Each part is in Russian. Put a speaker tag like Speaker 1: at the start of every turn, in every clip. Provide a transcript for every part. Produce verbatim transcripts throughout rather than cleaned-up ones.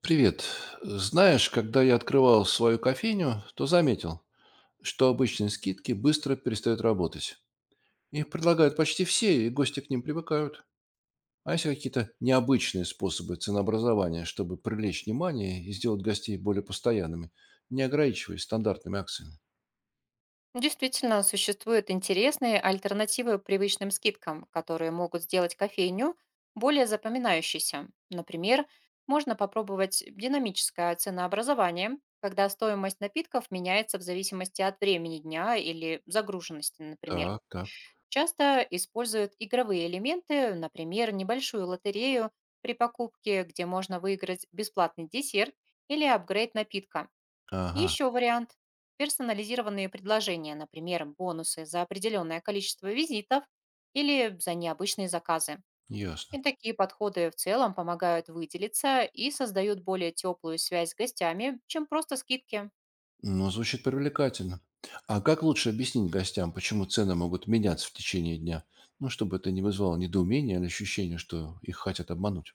Speaker 1: Привет. Знаешь, когда я открывал свою кофейню, то заметил, что обычные скидки быстро перестают работать. Их предлагают почти все, и гости к ним привыкают. А есть какие-то необычные способы ценообразования, чтобы привлечь внимание и сделать гостей более постоянными, не ограничиваясь стандартными акциями?
Speaker 2: Действительно, существуют интересные альтернативы привычным скидкам, которые могут сделать кофейню более запоминающейся. Например, можно попробовать динамическое ценообразование, когда стоимость напитков меняется в зависимости от времени дня или загруженности, например.
Speaker 1: Так, так.
Speaker 2: Часто используют игровые элементы, например, небольшую лотерею при покупке, где можно выиграть бесплатный десерт или апгрейд напитка
Speaker 1: Ага,
Speaker 2: еще вариант– персонализированные предложения, например, бонусы за определенное количество визитов или за необычные заказы.
Speaker 1: ясно.
Speaker 2: И такие подходы в целом помогают выделиться и создают более теплую связь с гостями, чем просто скидки.
Speaker 1: Ну, звучит привлекательно. А как лучше объяснить гостям, почему цены могут меняться в течение дня? Ну, чтобы это не вызвало недоумения или ощущения, что их хотят обмануть.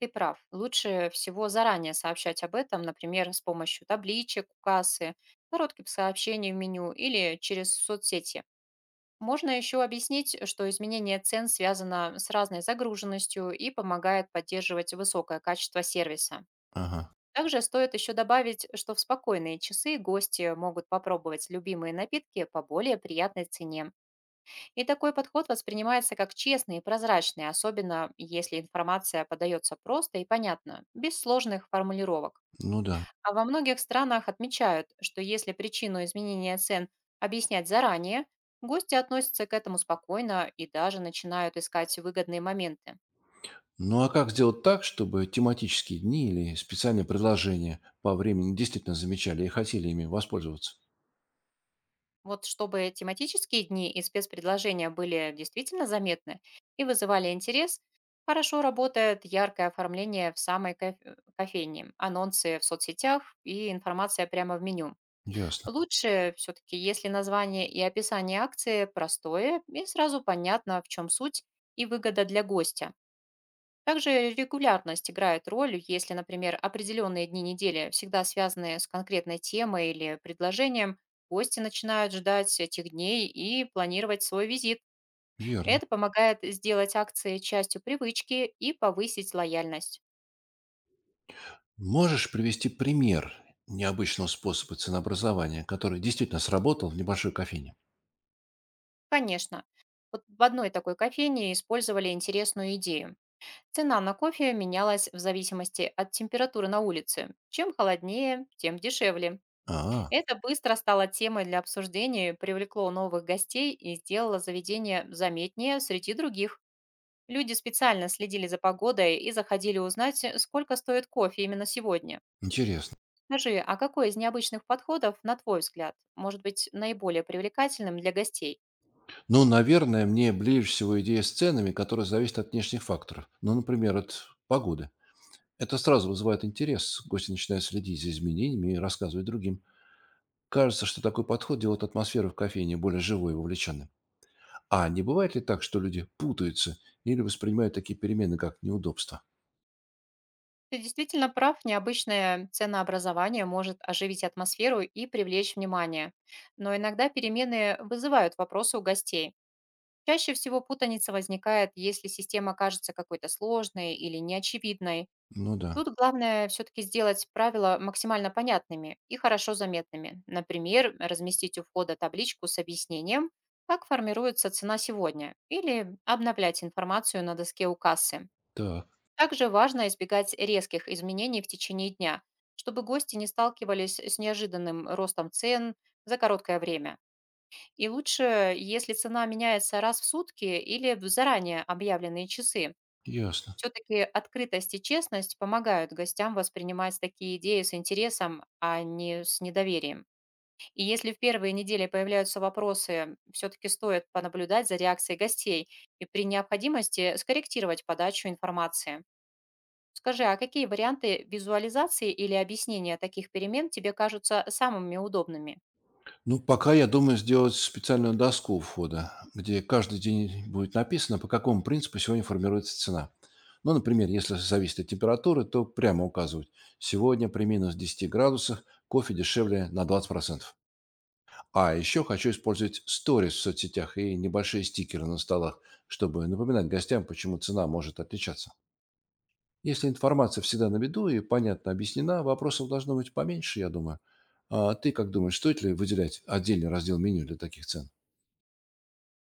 Speaker 2: Ты прав, лучше всего заранее сообщать об этом, например, с помощью табличек у кассы, коротких сообщений в меню или через соцсети. Можно еще объяснить, что изменение цен связано с разной загруженностью и помогает поддерживать высокое качество сервиса.
Speaker 1: Ага,
Speaker 2: Также стоит еще добавить, что в спокойные часы гости могут попробовать любимые напитки по более приятной цене. И такой подход воспринимается как честный и прозрачный, особенно если информация подается просто и понятно, без сложных формулировок.
Speaker 1: ну да.
Speaker 2: А во многих странах отмечают, что если причину изменения цен объяснять заранее, гости относятся к этому спокойно и даже начинают искать выгодные моменты.
Speaker 1: Ну, а как сделать так, чтобы тематические дни или специальные предложения по времени действительно замечали и хотели ими воспользоваться?
Speaker 2: Вот чтобы тематические дни и спецпредложения были действительно заметны и вызывали интерес, хорошо работает яркое оформление в самой коф- кофейне, анонсы в соцсетях и информация прямо в меню.
Speaker 1: Ясно.
Speaker 2: Лучше все-таки, если название и описание акции простое и сразу понятно, в чем суть и выгода для гостя. Также регулярность играет роль, если, например, определенные дни недели всегда связаны с конкретной темой или предложением, гости начинают ждать этих дней и планировать свой визит.
Speaker 1: Верно.
Speaker 2: Это помогает сделать акции частью привычки и повысить лояльность.
Speaker 1: Можешь привести пример необычного способа ценообразования, который действительно сработал в небольшой кофейне?
Speaker 2: Конечно, вот в одной такой кофейне использовали интересную идею. Цена на кофе менялась в зависимости от температуры на улице. Чем холоднее, тем дешевле.
Speaker 1: А,
Speaker 2: Это быстро стало темой для обсуждения, привлекло новых гостей и сделало заведение заметнее среди других. Люди специально следили за погодой и заходили узнать, э, сколько стоит кофе именно сегодня.
Speaker 1: интересно.
Speaker 2: Скажи, а какой из необычных подходов, на твой взгляд, может быть наиболее привлекательным для гостей?
Speaker 1: Ну, наверное, мне ближе всего идея с ценами, которые зависят от внешних факторов. Ну, например, от погоды. Это сразу вызывает интерес. Гости начинают следить за изменениями и рассказывать другим. Кажется, что такой подход делает атмосферу в кофейне более живой и вовлеченной. А не бывает ли так, что люди путаются или воспринимают такие перемены как неудобство?
Speaker 2: Ты действительно прав, необычное ценообразование может оживить атмосферу и привлечь внимание. Но иногда перемены вызывают вопросы у гостей. Чаще всего путаница возникает, если система кажется какой-то сложной или неочевидной.
Speaker 1: Ну да.
Speaker 2: Тут главное все-таки сделать правила максимально понятными и хорошо заметными. Например, разместить у входа табличку с объяснением, как формируется цена сегодня, или обновлять информацию на доске у кассы.
Speaker 1: Так,
Speaker 2: Также важно избегать резких изменений в течение дня, чтобы гости не сталкивались с неожиданным ростом цен за короткое время. И лучше, если цена меняется раз в сутки или в заранее объявленные часы.
Speaker 1: ясно.
Speaker 2: Все-таки открытость и честность помогают гостям воспринимать такие идеи с интересом, а не с недоверием. И если в первые недели появляются вопросы, все-таки стоит понаблюдать за реакцией гостей и при необходимости скорректировать подачу информации. Скажи, а какие варианты визуализации или объяснения таких перемен тебе кажутся самыми удобными?
Speaker 1: Ну, пока я думаю сделать специальную доску у входа, где каждый день будет написано, по какому принципу сегодня формируется цена. Ну, например, если зависит от температуры, то прямо указывать. Сегодня при минус десяти градусах кофе дешевле на двадцать процентов. А еще хочу использовать сторис в соцсетях и небольшие стикеры на столах, чтобы напоминать гостям, почему цена может отличаться. Если информация всегда на виду и понятно объяснена, вопросов должно быть поменьше, я думаю. А ты как думаешь, стоит ли выделять отдельный раздел меню для таких цен?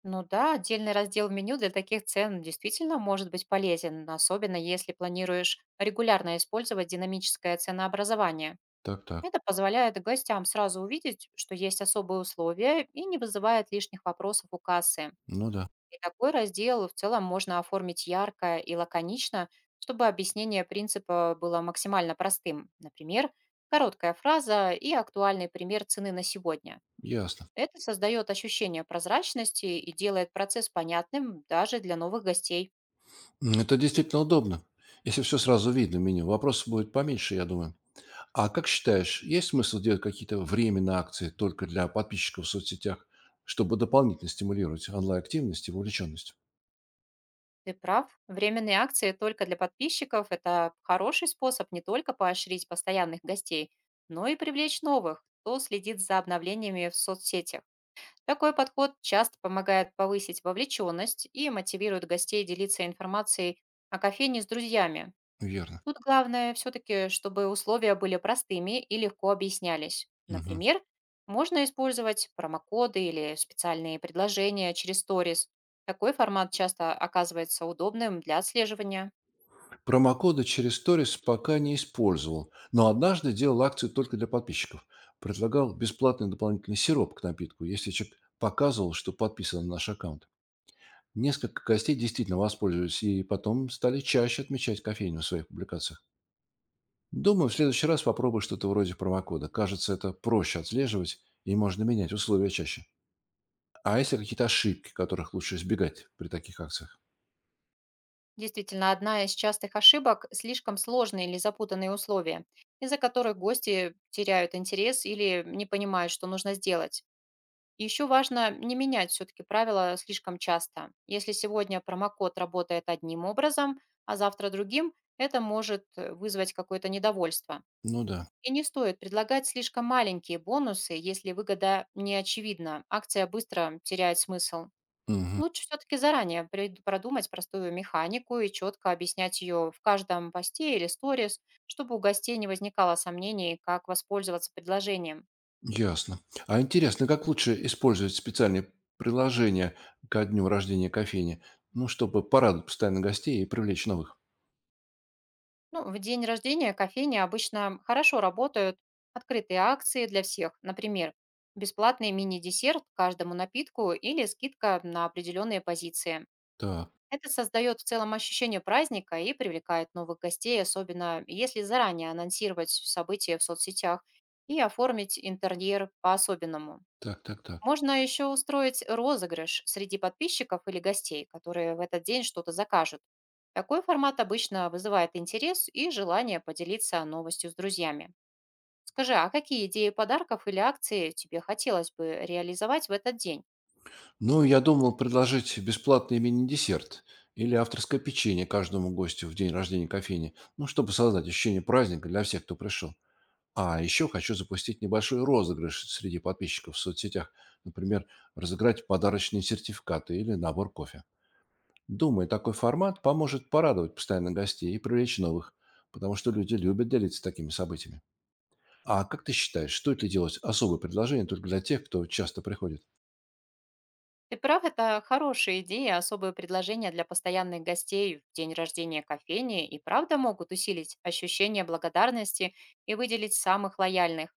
Speaker 2: Ну да, отдельный раздел в меню для таких цен действительно может быть полезен, особенно если планируешь регулярно использовать динамическое ценообразование.
Speaker 1: Так, так.
Speaker 2: Это позволяет гостям сразу увидеть, что есть особые условия и не вызывает лишних вопросов у кассы.
Speaker 1: Ну да,
Speaker 2: И такой раздел в целом можно оформить ярко и лаконично, чтобы объяснение принципа было максимально простым. Например, короткая фраза и актуальный пример цены на сегодня.
Speaker 1: ясно.
Speaker 2: Это создает ощущение прозрачности и делает процесс понятным даже для новых гостей.
Speaker 1: М, это действительно удобно. Если все сразу видно в меню, вопросов будет поменьше, я думаю. А как считаешь, есть смысл делать какие-то временные акции только для подписчиков в соцсетях, чтобы дополнительно стимулировать онлайн-активность и вовлеченность?
Speaker 2: Ты прав, временные акции только для подписчиков– это хороший способ не только поощрить постоянных гостей, но и привлечь новых, кто следит за обновлениями в соцсетях. Такой подход часто помогает повысить вовлеченность и мотивирует гостей делиться информацией о кофейне с друзьями.
Speaker 1: Верно.
Speaker 2: Тут главное все-таки, чтобы условия были простыми и легко объяснялись.
Speaker 1: Мгм.
Speaker 2: Например, можно использовать промокоды или специальные предложения через сторис. Такой формат часто оказывается удобным для отслеживания.
Speaker 1: Промокода через сторис пока не использовал, но однажды делал акцию только для подписчиков. Предлагал бесплатный дополнительный сироп к напитку, если человек показывал, что подписан на наш аккаунт. Несколько гостей действительно воспользовались и потом стали чаще отмечать кофейню в своих публикациях. Думаю, в следующий раз попробую что-то вроде промокода. Кажется, это проще отслеживать и можно менять условия чаще. А если какие-то ошибки, которых лучше избегать при таких акциях?
Speaker 2: Действительно, одна из частых ошибок– слишком сложные или запутанные условия, из-за которых гости теряют интерес или не понимают, что нужно сделать. И еще важно не менять все-таки правила слишком часто. Если сегодня промокод работает одним образом, а завтра другим, это может э, вызвать какое-то недовольство.
Speaker 1: Ну да.
Speaker 2: И не стоит предлагать слишком маленькие бонусы, если выгода не очевидна. Акция быстро теряет смысл.
Speaker 1: Мгм.
Speaker 2: Лучше все-таки заранее пред- продумать простую механику и четко объяснять ее в каждом посте или сторис, чтобы у гостей не возникало сомнений, как воспользоваться предложением.
Speaker 1: Ясно. А интересно, как лучше использовать специальные приложения ко дню рождения кофейни? Ну, чтобы порадовать постоянно гостей и привлечь новых.
Speaker 2: Ну, в день рождения кофейни обычно хорошо работают открытые акции для всех, например, бесплатный мини-десерт к каждому напитку или скидка на определенные позиции.
Speaker 1: Так,
Speaker 2: Это создает в целом ощущение праздника и привлекает новых гостей, особенно если заранее анонсировать события в соцсетях и оформить интерьер по-особенному.
Speaker 1: так, так, так.
Speaker 2: Можно еще устроить розыгрыш среди подписчиков или гостей, которые в этот день что-то закажут. Такой формат обычно вызывает интерес и желание поделиться новостью с друзьями. Скажи, а какие идеи подарков или акции тебе хотелось бы реализовать в этот день?
Speaker 1: Ну, я думал предложить бесплатный мини-десерт или авторское печенье каждому гостю в день рождения кофейни, ну, чтобы создать ощущение праздника для всех, кто пришел. А еще хочу запустить небольшой розыгрыш среди подписчиков в соцсетях. Например, разыграть подарочные сертификаты или набор кофе. Думаю, такой формат поможет порадовать постоянных гостей и привлечь новых, потому что люди любят делиться такими событиями. А как ты считаешь, стоит ли делать особое предложение только для тех, кто часто приходит?
Speaker 2: Ты прав, это хорошие идеи, особые предложения для постоянных гостей в день рождения кофейни и правда могут усилить ощущение благодарности и выделить самых лояльных.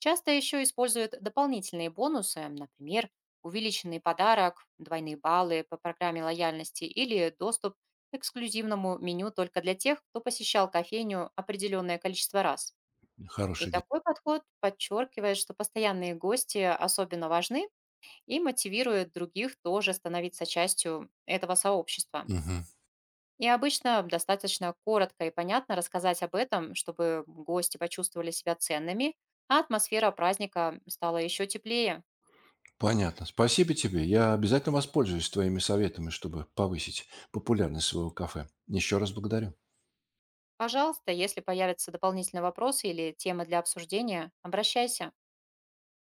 Speaker 2: Часто еще используют дополнительные бонусы, например, увеличенный подарок, двойные баллы по программе лояльности или доступ к эксклюзивному меню только для тех, кто посещал кофейню определенное количество раз. И
Speaker 1: Хорошая идея.
Speaker 2: такой подход подчеркивает, что постоянные гости особенно важны и мотивирует других тоже становиться частью этого сообщества.
Speaker 1: Мгм.
Speaker 2: И обычно достаточно коротко и понятно рассказать об этом, чтобы гости почувствовали себя ценными, а атмосфера праздника стала еще теплее.
Speaker 1: Понятно. Спасибо тебе. Я обязательно воспользуюсь твоими советами, чтобы повысить популярность своего кафе. Еще раз благодарю.
Speaker 2: Пожалуйста, если появятся дополнительные вопросы или темы для обсуждения, обращайся.